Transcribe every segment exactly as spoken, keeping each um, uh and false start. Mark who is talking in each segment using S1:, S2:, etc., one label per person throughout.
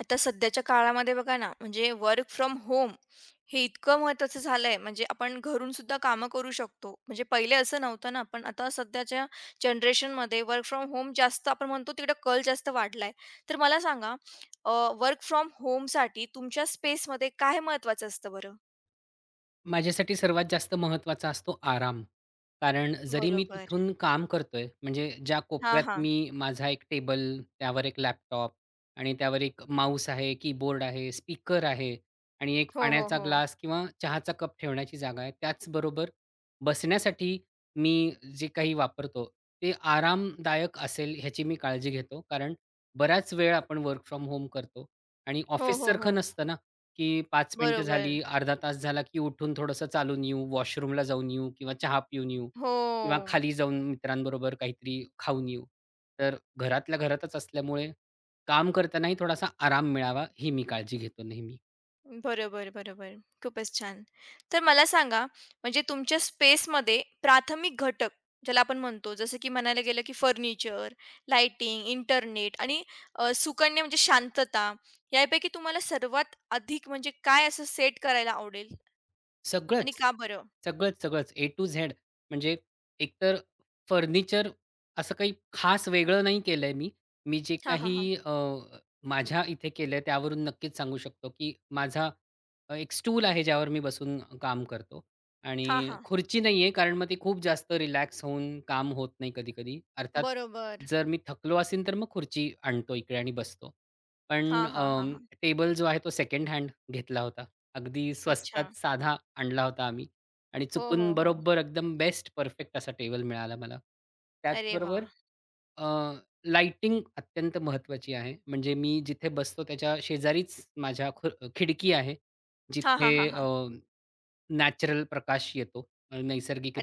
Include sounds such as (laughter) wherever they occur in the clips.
S1: आता सध्याच्या काळामध्ये बघा ना, म्हणजे वर्क फ्रॉम होम हे इतकं महत्त्वाचं झालंय, म्हणजे आपण घरून सुद्धा कामं करू शकतो. म्हणजे पहिले असं नव्हतं ना, पण आता सध्याच्या जनरेशनमध्ये वर्क फ्रॉम होम जास्त आपण म्हणतो तिकडे कल जास्त वाढलाय. तर मला सांगा अ, वर्क फ्रॉम होमसाठी तुमच्या स्पेसमध्ये काय महत्त्वाचं असतं बरं?
S2: माझ्यासाठी सर्वात जास्त महत्त्वाचा असतो आराम. कारण जरी मी
S1: बरोबर.
S2: तिथून काम करतोय, म्हणजे ज्या
S1: हां,
S2: कोपऱ्यात
S1: हां.
S2: मी माझा एक टेबल, त्यावर एक लॅपटॉप आणि त्यावर एक माऊस आहे, कीबोर्ड आहे, स्पीकर आहे आणि एक
S1: हो, हो,
S2: पाण्याचा
S1: हो.
S2: ग्लास किंवा चहाचा कप ठेवण्याची जागा आहे. त्याचबरोबर बसण्यासाठी मी जे काही वापरतो, ते आरामदायक असेल ह्याची मी काळजी घेतो. कारण बराच वेळ आपण वर्क फ्रॉम होम करतो आणि
S1: हो, हो, हो.
S2: ऑफिससारखं नसतं ना, की पाच मिनिटं
S1: बरोबर.
S2: झाली, अर्धा तास झाला, की उठून थोडंसं चालून येऊ, वॉशरूमला जाऊन येऊ किंवा चहा पिऊन येऊ
S1: हो.
S2: किंवा खाली जाऊन मित्रांबरोबर काहीतरी खाऊन येऊ. तर घरातल्या घरातच असल्यामुळे काम करतानाही थोडासा आराम मिळावा, ही मी काळजी घेतो नेहमी.
S1: बरोबर, बरोबर. खूपच छान. तर मला सांगा, म्हणजे तुमच्या स्पेसमध्ये प्राथमिक घटक ज्याला आपण म्हणतो, जसं की म्हणायला गेलं की फर्निचर, लाइटिंग, इंटरनेट आणि अ, सुकन्या म्हणजे शांतता, यापैकी तुम्हाला सर्वात अधिक म्हणजे काय असं सेट करायला आवडेल आणि
S2: सगळंच.
S1: का बरं?
S2: सगळंच, सगळंच ए टू झेड. म्हणजे एकतर फर्निचर असं काही खास वेगळं नाही केलंय मी. मी जे
S1: हां, हां,
S2: काही
S1: हां.
S2: अ, माझ्या इथे केलंय त्यावरून नक्कीच सांगू शकतो, की माझा अ, एक स्टूल आहे ज्यावर मी बसून काम करतो
S1: हां,
S2: आणि
S1: हां.
S2: खुर्ची नाहीये कारण मग ते खूप जास्त रिलॅक्स होऊन काम होत नाही कधी-कधी. अर्थात
S1: बरोबर.
S2: जर मी थकलो असेन तर मग खुर्ची आणतो इकडे आणि बसतो. पण
S1: हां,
S2: अ,
S1: हां, हां, हां.
S2: टेबल जो आहे तो सेकंड हँड घेतला होता. अगदी
S1: अच्छा.
S2: स्वस्तात साधा आणला होता आम्ही आणि
S1: हो,
S2: चुकून
S1: हो, हो.
S2: बरोबर एकदम बेस्ट परफेक्ट असा टेबल मिळाला मला.
S1: अरे
S2: त्याचबरोबर
S1: वाह!
S2: लाइटिंग अत्यंत महत्त्वाची आहे. म्हणजे मी जिथे बसतो त्याच्या शेजारीच माझ्या ख खिडकी आहे.
S1: हां, हां, हां,
S2: जिथे
S1: हां.
S2: नॅचरल प्रकाश येतो. अ,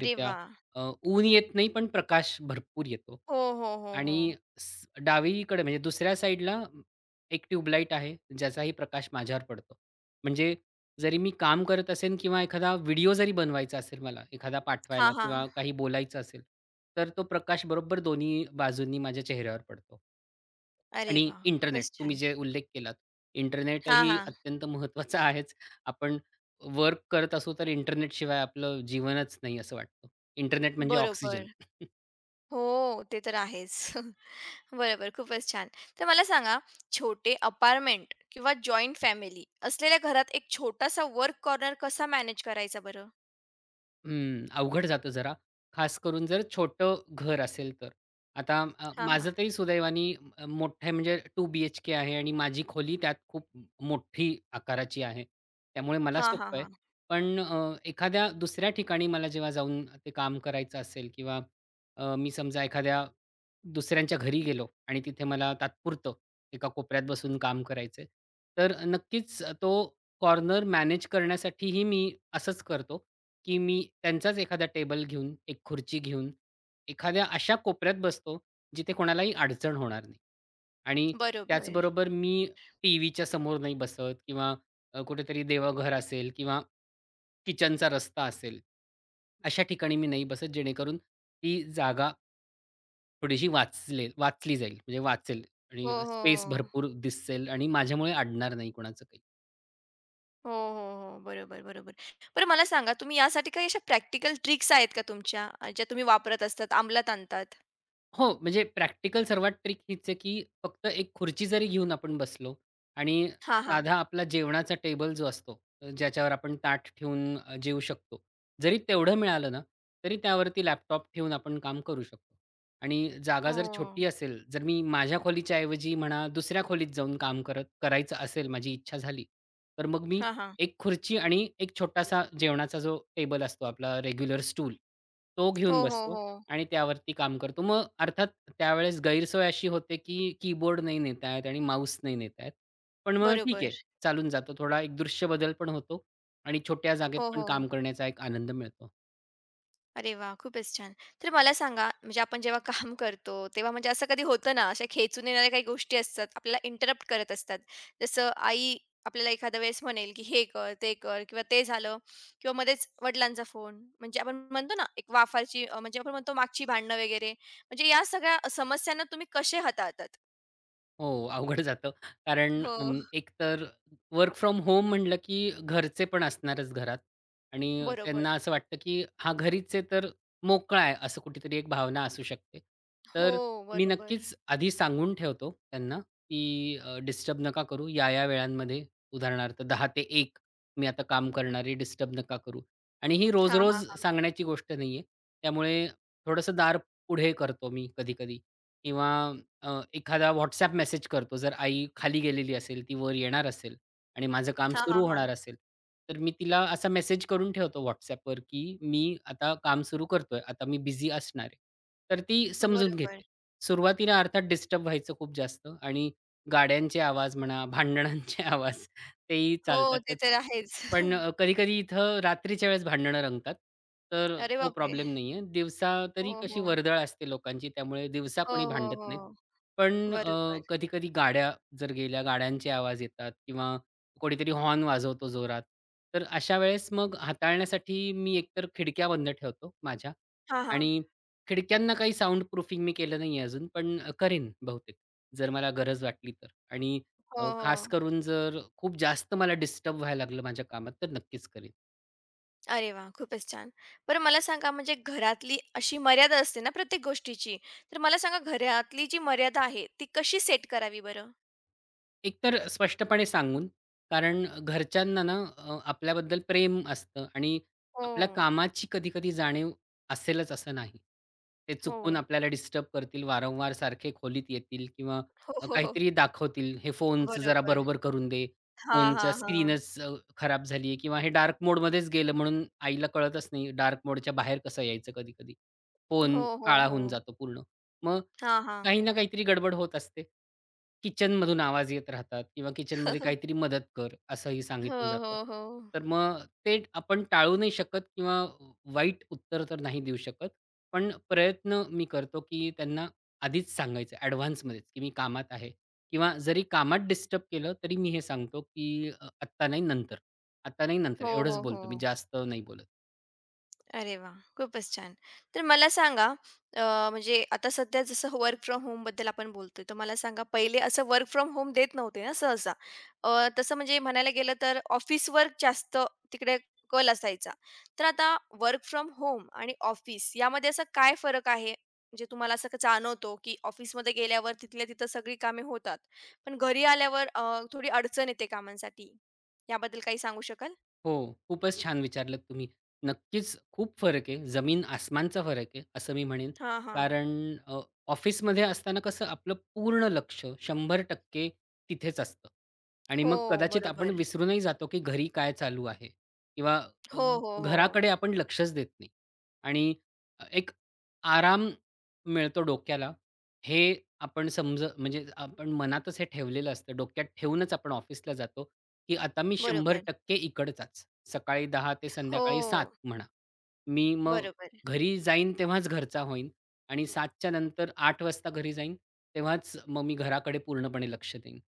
S1: अरे वाह!
S2: अ, ऊन येत नाही, पण प्रकाश भरपूर येतो.
S1: हो, हो, हो, हो.
S2: आणि स डावीकडे म्हणजे दुसऱ्या साईडला एक ट्यूबलाईट आहे, ज्याचाही प्रकाश माझ्यावर पडतो. म्हणजे जरी मी काम करत असेन किंवा एखादा व्हिडिओ जरी बनवायचा असेल मला, एखादा
S1: हां,
S2: पाठवायला किंवा
S1: हां.
S2: काही बोलायचं असेल, तर तो प्रकाश बरोबर दोन्ही बाजूंनी माझ्या चेहऱ्यावर पडतो.
S1: अरे
S2: आणि
S1: वाह!
S2: इंटरनेट
S1: खूपच
S2: तुम्ही
S1: छान.
S2: जे उल्लेख केलात,
S1: हां,
S2: इंटरनेटही
S1: हां.
S2: अत्यंत महत्त्वाचा (laughs) आहेच. आपण वर्क करत असू तर इंटरनेटशिवाय आपलं जीवनच नाही असं वाटतं. इंटरनेट म्हणजे ऑक्सिजन.
S1: बरोबर. हो, ते तर आहेच. (laughs) बरोबर, खूपच छान. तर मला सांगा, छोटे अपार्टमेंट किंवा जॉइंट फॅमिली असलेल्या घरात एक छोटासा वर्क कॉर्नर कसा मॅनेज करायचा बरं?
S2: हं, अवघड जातं जरा. खास करून जर छोटं घर असेल तर. आता अ,
S1: हां, हां.
S2: माझं तरी सुदैवाने अ, मोठं आहे म्हणजे दोन बीएचके आहे आणि माझी खोली त्यात खूप मोठी आकाराची आहे. त्यामुळे मला
S1: हा हां,
S2: सोपं आहे.
S1: हां.
S2: पण अ, एखाद्या दुसऱ्या ठिकाणी मला जेव्हा जाऊन ते काम करायचं असेल किंवा अ, मी समजा एखाद्या दुसऱ्यांच्या घरी गेलो आणि तिथे मला तात्पुरतं एका कोपऱ्यात बसून काम करायचंय. तर नक्कीच तो कॉर्नर मॅनेज करण्यासाठीही मी असंच करतो. की मी त्यांचाच एखादा टेबल घेऊन, एक खुर्ची घेऊन, एखाद्या अशा कोपऱ्यात बसतो, जिथे कोणालाही अडचण होणार नाही. आणि
S1: बरोबर.
S2: त्याचबरोबर मी टीव्हीच्या समोर नाही बसत किंवा अ, कुठेतरी देवघर असेल किंवा किचनचा रस्ता असेल, अशा ठिकाणी मी नाही बसत, जेणेकरून ती जागा थोडीशी वाचले वाचली जाईल, म्हणजे वाचेल
S1: हो,
S2: आणि
S1: हो,
S2: स्पेस
S1: हो.
S2: भरपूर दिसेल आणि माझ्यामुळे अडणार नाही कोणाचं काही.
S1: हो, हो, हो. बरोबर, बरोबर. बरं मला सांगा, तुम्ही यासाठी काही अशा प्रॅक्टिकल ट्रिक्स आहेत का तुमच्या, अ, ज्या तुम्ही वापरत असतात, अंमलात आणतात?
S2: हो, म्हणजे प्रॅक्टिकल सर्वात ट्रिक हीच आहे, की फक्त एक खुर्ची जरी घेऊन आपण बसलो आणि
S1: हां, हां.
S2: साधा आपला जेवणाचा टेबल जो असतो, अ, ज्याच्यावर आपण ताट ठेवून अ, जेवू शकतो. जरी तेवढं मिळालं ना, तरी त्यावरती लॅपटॉप ठेवून आपण काम करू शकतो. आणि जागा
S1: हो.
S2: जर छोटी असेल, जर मी माझ्या खोलीच्या ऐवजी म्हणा दुसऱ्या खोलीत जाऊन काम करत करायचं असेल, माझी इच्छा झाली, तर मग मी
S1: हां, हां.
S2: एक खुर्ची आणि एक छोटासा जेवणाचा जो टेबल असतो आपला रेग्युलर स्टूल, तो घेऊन
S1: हो, हो,
S2: बसतो
S1: हो.
S2: आणि त्यावरती काम करतो. मग अर्थात त्यावेळेस गैरसोय अशी होते, की कीबोर्ड नाही नेता येत आणि माउस नाही नेता येत. पण मग ठीक आहे,
S1: बरोबर.
S2: चालून जातो. थोडा एक दृश्य बदल पण होतो आणि छोट्या जागेत
S1: हो,
S2: पण
S1: हो.
S2: काम करण्याचा एक आनंद मिळतो.
S1: अरे वाह! खूपच छान. तर मला सांगा, म्हणजे आपण जेव्हा (laughs) काम करतो, तेव्हा म्हणजे असं कधी होतं ना, अशा खेचून येणाऱ्या काही गोष्टी असतात, आपल्याला इंटरप्ट करत असतात. जसं आई आपल्याला एखाद्या वेळेस म्हणेल, की "हे कर, ते कर" किंवा "ते झालं" किंवा मध्येच वडिलांचा फोन. म्हणजे आपण म्हणतो ना, एक वाफाची अ, म्हणजे आपण म्हणतो मागची भांडणं वगैरे. म्हणजे या सगळ्या समस्यांना तुम्ही कसे हाताळतात?
S2: हो, अवघड जातं. कारण
S1: हो,
S2: अं, एक तर वर्क फ्रॉम होम म्हटलं की घरचे पण असणारच घरात आणि
S1: बरोबर.
S2: त्यांना असं वाटतं की हा घरीच आहे तर मोकळा आहे, असं कुठेतरी एक भावना असू शकते. तर
S1: हो,
S2: मी
S1: बरोबर.
S2: नक्कीच आधी सांगून ठेवतो त्यांना की अ, डिस्टर्ब नका करू या-या वेळांमध्ये. उदाहरणार्थ दहा वाजता ते एक वाजता मी आता काम करणार डिस्टर्ब नका करू. आणि ही
S1: हां,
S2: रोज-रोज
S1: हां.
S2: सांगण्याची गोष्ट नाहीये. त्यामुळे थोडंसं दार पुढे करतो मी कधी-कधी किंवा अ, एखादा WhatsApp मेसेज करतो. जर आई खाली गेलेली असेल, ती वर येणार असेल आणि माझं काम
S1: हां, हां,
S2: सुरू
S1: हां.
S2: होणार असेल, तर मी तिला असा मेसेज करून ठेवतो WhatsAppवर, की "मी आता काम सुरू करतोय. आता मी बिझी असणार आहे." तर ती समजून
S1: बरोबर.
S2: घेते. सुरुवातीला अर्थात डिस्टर्ब व्हायचं खूप जास्त आणि गाड्यांचे आवाज म्हणा, भांडणांचे (laughs) आवाज तेही
S1: हो, ते
S2: चालतातच.
S1: तर आहेच.
S2: पण
S1: (laughs)
S2: कधी-कधी इथं रात्रीच्या वेळेस भांडणं रंगतात. तर
S1: अरे
S2: तो
S1: बापरे!
S2: प्रॉब्लेम नाहीये. दिवसा
S1: हो,
S2: तरी कशी
S1: हो.
S2: वर्दळ असते लोकांची, त्यामुळे दिवसा
S1: हो,
S2: कोणी
S1: हो,
S2: भांडत नाहीत.
S1: हो.
S2: पण
S1: बरोबर.
S2: कधी-कधी गाड्या जर गेल्या, गाड्यांचे आवाज येतात किंवा कोणीतरी हॉर्न वाजवतो जोरात. तर अशा वेळेस मग हाताळण्यासाठी मी एकतर खिडक्या बंद ठेवतो माझ्या
S1: हां, हां.
S2: आणि खिडक्यांना काही साउंड प्रूफिंग मी केलं नाहीये अजून, पण अ, करेन बहुतेक जर मला गरज वाटली तर आणि
S1: हो,
S2: अ, खास
S1: हो.
S2: करून जर खूप जास्त मला डिस्टर्ब व्हायला लागलं माझ्या कामात, तर नक्कीच करेन.
S1: अरे वाह! खूपच छान. बरं मला सांगा म्हणजे घरातली अशी मर्यादा असते ना प्रत्येक गोष्टीची. तर मला सांगा घरातली जी मर्यादा आहे ती कशी सेट करावी बरं?
S2: एकतर स्पष्टपणे सांगून, कारण घरच्यांना ना अ, आपल्याबद्दल प्रेम असतं आणि
S1: हो,
S2: आपल्या कामाची कधी-कधी जाणीव असेलच असं नाही. ते
S1: हो.
S2: चुकून आपल्याला डिस्टर्ब करतील, वारंवार सारखे खोलीत येतील किंवा
S1: हो,
S2: अ,
S1: हो, हो.
S2: काहीतरी दाखवतील. हे फोनचं जरा
S1: बरोबर.
S2: बरोबर करून दे.
S1: हां, हां,
S2: फोनचा
S1: हां.
S2: स्क्रीनच अ, खराब झाली किंवा हे डार्क मोडमध्येच गेलं म्हणून आईला कळतच नाही डार्क मोडच्या बाहेर कसं यायचं कधी-कधी. फोन
S1: हो, हो,
S2: काळा
S1: हो.
S2: होऊन जातो पूर्ण. मग
S1: हां, हां.
S2: काही ना काहीतरी गडबड होत असते. किचनमधून आवाज येत राहतात किंवा किचनमध्ये काहीतरी मदत कर, असंही
S1: हो,
S2: सांगितलं जातं.
S1: हो, हो.
S2: तर मग ते आपण टाळू नाही शकत किंवा वाईट उत्तर तर नाही देऊ शकत. पण प्रयत्न मी करतो, की त्यांना आधीच सांगायचं ॲडव्हान्समध्येच, की मी कामात आहे किंवा जरी कामात डिस्टर्ब केलं, तरी मी हे सांगतो, की "अ, आत्ता नाही, नंतर. आत्ता नाही, नंतर."
S1: हो,
S2: एवढंच
S1: हो, हो.
S2: बोलतो मी, जास्त नाही बोलत.
S1: अरे वाह! खूपच छान. तर मला सांगा अ, म्हणजे आता सध्या जसं वर्क फ्रॉम होमबद्दल आपण बोलतोय, तर मला सांगा पहिले असं वर्क फ्रॉम होम देत नव्हते ना सहसा. अ, तसं म्हणजे म्हणायला गेलं तर ऑफिस वर्क जास्त तिकडे कल असायचा. तर आता वर्क फ्रॉम होम आणि ऑफिस यामध्ये असा काय फरक आहे? म्हणजे तुम्हाला असं का जाणवतो, की ऑफिसमध्ये गेल्यावर तिथल्या तिथं सगळी कामे होतात. पण घरी आल्यावर अ, थोडी अडचण येते कामांसाठी. याबद्दल काही सांगू शकाल?
S2: हो, खूपच छान विचारलत तुम्ही. नक्कीच खूप फरक आहे. जमीन आसमानचा फरक आहे, असं मी म्हणेन.
S1: हां, हां.
S2: कारण अ, ऑफिसमध्ये असताना कसं आपलं पूर्ण लक्ष शंभर टक्के तिथेच असतं आणि
S1: हो,
S2: मग कदाचित आपण
S1: बरोबर.
S2: विसरूनही जातो, की घरी काय चालू आहे किंवा अ,
S1: हो, हो, हो.
S2: घराकडे आपण लक्षच देत नाही आणि एक आराम मिळतो डोक्याला, हे आपण समज म्हणजे आपण मनातच हे ठेवलेलं असतं. डोक्यात ठेवूनच आपण ऑफिसला जातो की आता मी
S1: बरोबर.
S2: शंभर टक्के इकडचाच. सकाळी दहा ते संध्याकाळी सात
S1: हो,
S2: म्हणा. मी मग
S1: बरोबर.
S2: घरी जाईन तेव्हाच घरचा होईन आणि 7च्या नंतर आठ वाजता घरी जाईन, तेव्हाच मग मी घराकडे पूर्णपणे लक्ष देईन.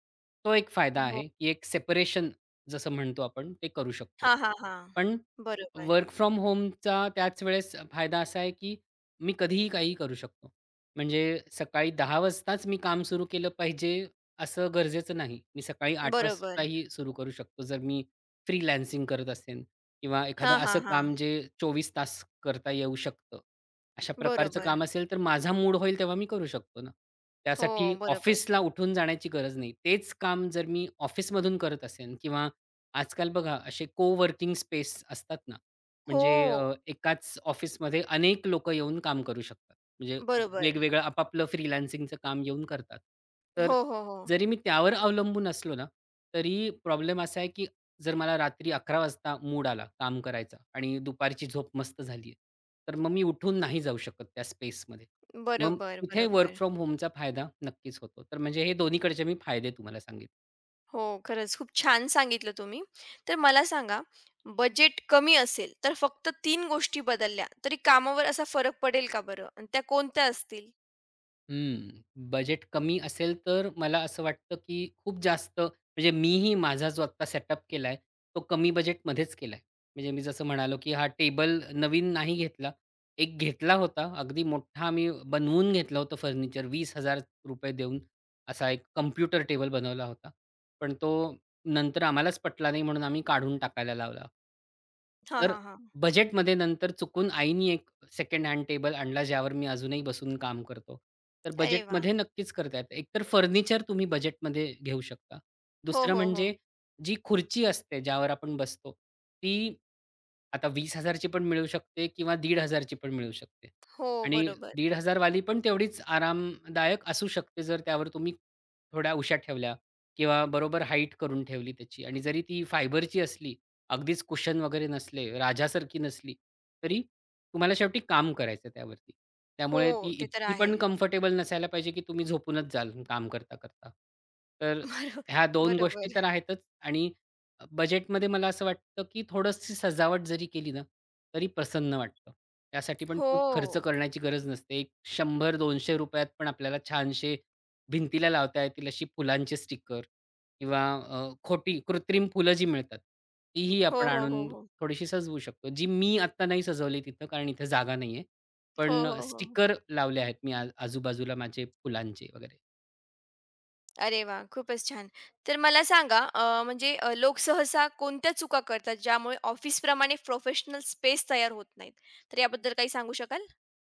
S2: तो एक फायदा
S1: हो.
S2: आहे, की एक सेपरेशन जसं म्हणतो आपण ते करू शकतो.
S1: हां, हां, हां.
S2: पण
S1: बरोबर,
S2: वर्क फ्रॉम होमचा त्याच वेळेस फायदा असा आहे, की मी कधीही काहीही करू शकतो. म्हणजे सकाळी दहा वाजताच मी काम सुरू केलं पाहिजे असं गरजेचं नाही. मी सकाळी आठ
S1: बरोबर.
S2: वाजताही सुरू करू शकतो, जर मी फ्रीलान्सिंग करत असेन किंवा एखादं
S1: हां, हां,
S2: असं
S1: हां.
S2: काम जे चोवीस तास करता येऊ शकतं. अशा प्रकारचं
S1: बरोबर.
S2: काम असेल, तर माझा मूड होईल तेव्हा मी करू शकतो ना.
S1: हो,
S2: त्यासाठी
S1: बरोबर.
S2: ऑफिसला उठून जाण्याची गरज नाही. तेच काम जर मी ऑफिसमधून करत असेन किंवा आजकाल बघा असे को-वर्किंग स्पेस असतात ना, म्हणजे अ,
S1: हो,
S2: एकाच ऑफिसमध्ये अनेक लोकं येऊन काम करू शकतात. म्हणजे
S1: बरोबर.
S2: वेगवेगळं आपापलं फ्रीलान्सिंगचं काम येऊन करतात. तर
S1: हो, हो, हो.
S2: जरी मी त्यावर अवलंबून असलो ना, तरी प्रॉब्लेम असा आहे, की जर मला रात्री 11:00 वाजता मूड आला काम करायचा आणि दुपारची झोप मस्त झाली आहे, तर मग मी उठून नाही जाऊ शकत त्या स्पेसमध्ये. मग
S1: बरोबर,
S2: तिथे वर्क
S1: बरोबर.
S2: फ्रॉम होमचा फायदा नक्कीच होतो. तर म्हणजे हे दोन्हीकडचे मी फायदे तुम्हाला सांगितले.
S1: हो, खरंच खूप छान सांगितलं तुम्ही. तर मला सांगा, बजेट कमी असेल, तर फक्त तीन गोष्टी बदलल्या तरी कामावर असा फरक पडेल का बरं? आणि त्या कोणत्या असतील?
S2: हं. बजेट कमी असेल तर मला असं वाटतं, की खूप जास्त म्हणजे मीही माझा जो आत्ता सेटअप केलाय, तो कमी बजेटमध्येच केलाय. म्हणजे मी जसं म्हणालो, की हा टेबल नवीन नाही घेतला. एक घेतला होता. अगदी मोठा आम्ही बनवून घेतलं होतं फर्निचर ₹वीस हजार देऊन असा एक कॉम्प्युटर टेबल बनवला होता. पण तो नंतर आम्हालाच पटला नाही म्हणून आम्ही काढून टाकायला लावला.
S1: हां,
S2: तर
S1: हां, हां.
S2: बजेटमध्ये नंतर चुकून आईनी सेकंड हँड टेबल आणला ज्यावर मी अजूनही बसून काम करतो. तर
S1: अरे वाह!
S2: बजेटमध्ये नक्कीच करता येतं. एकतर फर्निचर तुम्ही बजेटमध्ये घेऊ शकता.
S1: हो,
S2: दुसरं
S1: हो, हो.
S2: म्हणजे जी खुर्ची असते ज्यावर आपण बसतो, ती आता वीस ची पण मिळू शकते किंवा दीड ची पण मिळू शकते.
S1: हो,
S2: आणि
S1: बरोबर.
S2: पंधराशे वाली पण तेवढीच आरामदायक असू शकते जर त्यावर तुम्ही थोड्या उशा ठेवल्या किंवा बरोबर हाईट करून ठेवली त्याची आणि जरी ती फायबरची असली अगदीच कुशन वगैरे नसले, राजासारखी नसली, तरी तुम्हाला शेवटी काम करायचं आहे त्यावरती.
S1: हो,
S2: त्यामुळे ती
S1: ते तर
S2: इतकी
S1: आहे.
S2: पण कम्फर्टेबल नसायला पाहिजे, की तुम्ही झोपूनच जाल काम करता-करता. तर
S1: बरो
S2: ह्या दोन गोष्टी
S1: बरोबर.
S2: तर आहेतच आणि अ, बजेटमध्ये मला असं वाटतं, की थोडीशी सजावट जरी केली ना, तरी प्रसन्न वाटतं. त्यासाठी पण
S1: हो.
S2: खूप खर्च करण्याची गरज नसते. एक ₹शंभर ते दोनशे त पण आपल्याला छानसे भिंतीला लावता येतील अशी फुलांचे स्टिकर किंवा अ, खोटी कृत्रिम फुलं जी मिळतात, तीही
S1: हो,
S2: आपण
S1: हो, हो,
S2: आणून
S1: हो.
S2: थोडीशी सजवू शकतो. जी मी आत्ता नाही सजवली तिथं, कारण इथे जागा नाहीये.
S1: हो,
S2: पण
S1: हो, हो, हो.
S2: स्टिकर लावले आहेत मी आ आजूबाजूला माझे फुलांचे वगैरे.
S1: अरे वाह! खूपच छान. तर मला सांगा अ, म्हणजे अ, लोक सहसा कोणत्या चुका करतात, ज्यामुळे ऑफिसप्रमाणे प्रोफेशनल स्पेस तयार होत नाहीत? तर याबद्दल काही सांगू शकाल?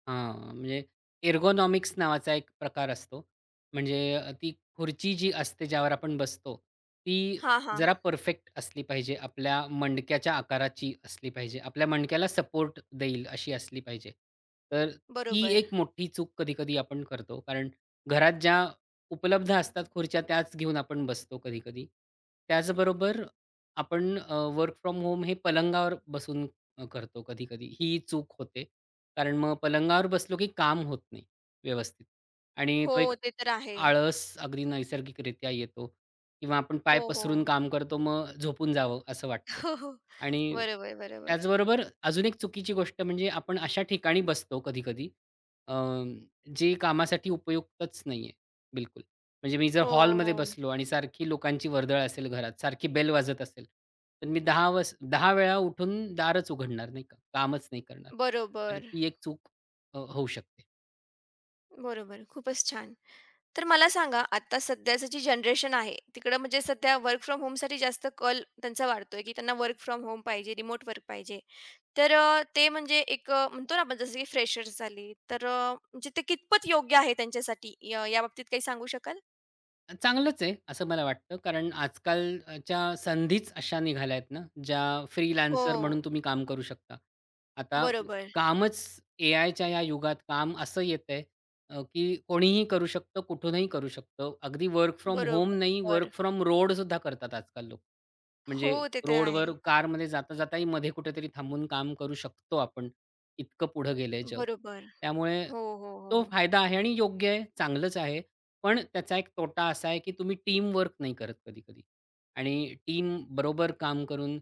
S2: हां, म्हणजे एर्गोनॉमिक्स नावाचा एक प्रकार असतो. म्हणजे अ, ती खुर्ची जी असते ज्यावर आपण बसतो, ती
S1: हां, हां.
S2: जरा परफेक्ट असली पाहिजे. आपल्या मणक्याच्या आकाराची असली पाहिजे. आपल्या मणक्याला सपोर्ट देईल अशी असली पाहिजे. तर ती
S1: बरोबर.
S2: एक मोठी चूक कधी-कधी आपण करतो. कारण घरात ज्या उपलब्ध असतात खुर्च्या त्याच घेऊन आपण बसतो कधी-कधी. त्याचबरोबर आपण वर्क फ्रॉम होम हे पलंगावर बसून अ, करतो कधी-कधी. ही चूक होते. कारण मग पलंगावर बसलो की काम होत नाही व्यवस्थित आणि
S1: हो,
S2: तो एक
S1: ते तर आहे.
S2: आळस अगदी नैसर्गिकरित्या येतो किंवा आपण पाय
S1: हो, हो.
S2: पसरून काम करतो, मग झोपून जावं असं वाटतं.
S1: (laughs) हो, हो.
S2: आणि
S1: बरोबर, बरोबर.
S2: त्याचबरोबर अजून एक चुकीची गोष्ट म्हणजे आपण अशा ठिकाणी बसतो कधी-कधी जे कामासाठी उपयुक्तच नाहीये बिलकुल. म्हणजे मी जर
S1: हो,
S2: हॉलमध्ये
S1: हो.
S2: बसलो आणि सारखी लोकांची वर्दळ असेल घरात, सारखी बेल वाजत असेल, तर मी दहा वस दहा वेळा उठून दारच उघडणार नाही का, कामच नाही करणार. तर
S1: बरोबर,
S2: ती एक चूक अ, होऊ शकते.
S1: बरोबर. खूपच छान. तर मला सांगा आता सध्याचं जी जनरेशन आहे तिकडं म्हणजे सध्या वर्क फ्रॉम होमसाठी जास्त कल त्यांचा वाढतोय की त्यांना वर्क फ्रॉम होम पाहिजे रिमोट वर्क पाहिजे. तर अ, ते म्हणजे एक अ, म्हणतो ना आपण जसं की फ्रेशर्स झाली तर अ, म्हणजे ते कितपत योग्य आहे त्यांच्यासाठी य याबाबतीत काही सांगू शकाल?
S2: चांगलंच आहे, असं मला वाटतं. कारण आजकालच्या संधीच अशा निघाल्या आहेत ना, ज्या
S1: हो.
S2: फ्रीलान्सर म्हणून तुम्ही काम करू शकता. आता
S1: बरोबर.
S2: कामच एआयच्या या युगात काम असं येतंय अ, की कोणीही करू शकतं, कुठूनही करू शकतं. अगदी वर्क फ्रॉम होम नाही,
S1: बरोबर.
S2: वर्क फ्रॉम रोड सुद्धा करतात आजकाल लोक.
S1: हो,
S2: म्हणजे
S1: ते तर आहे.
S2: रोडवर कारमध्ये जाता जाताही मध्ये कुठेतरी थांबून काम करू शकतो आपण. इतकं पुढं गेलंय जग.
S1: बरोबर.
S2: त्यामुळे
S1: हो, हो, हो.
S2: तो फायदा आहे आणि योग्य आहे, चांगलंच आहे. पण त्याचा एक तोटा असा आहे, की तुम्ही टीम वर्क नाही करत कधी-कधी आणि टीम बरोबर काम करून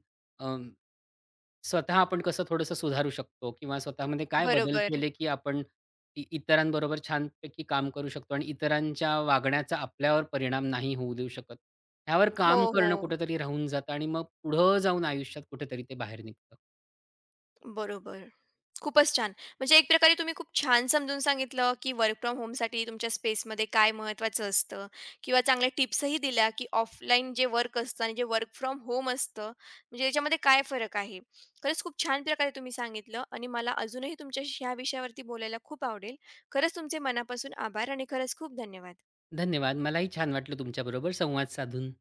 S2: स्वतः आपण कसं थोडंसं सुधारू शकतो किंवा स्वतःमध्ये काय बदल
S1: बरोबर.
S2: केले, की आपण इ इतरांबरोबर छानपैकी काम करू शकतो आणि इतरांच्या वागण्याचा आपल्यावर परिणाम नाही होऊ देऊ शकत. ह्यावर
S1: हो,
S2: काम करणं
S1: हो.
S2: कुठेतरी राहून जातं आणि मग पुढं जाऊन आयुष्यात कुठेतरी ते बाहेर निघतं.
S1: बरोबर. खूपच छान. म्हणजे एक प्रकारे तुम्ही खूप छान समजून सांगितलं, की वर्क फ्रॉम होमसाठी तुमच्या स्पेसमध्ये काय महत्त्वाचं असतं किंवा चांगल्या टिप्सही दिल्या, की ऑफलाईन जे वर्क असतं आणि जे वर्क फ्रॉम होम असतं, म्हणजे याच्यामध्ये काय फरक आहे. खरंच खूप छान प्रकारे तुम्ही सांगितलं आणि मला अजूनही तुमच्याशी ह्या विषयावरती बोलायला खूप आवडेल. खरंच तुमचे मनापासून आभार आणि खरंच खूप धन्यवाद.
S2: धन्यवाद. मलाही छान वाटलं तुमच्याबरोबर संवाद साधून.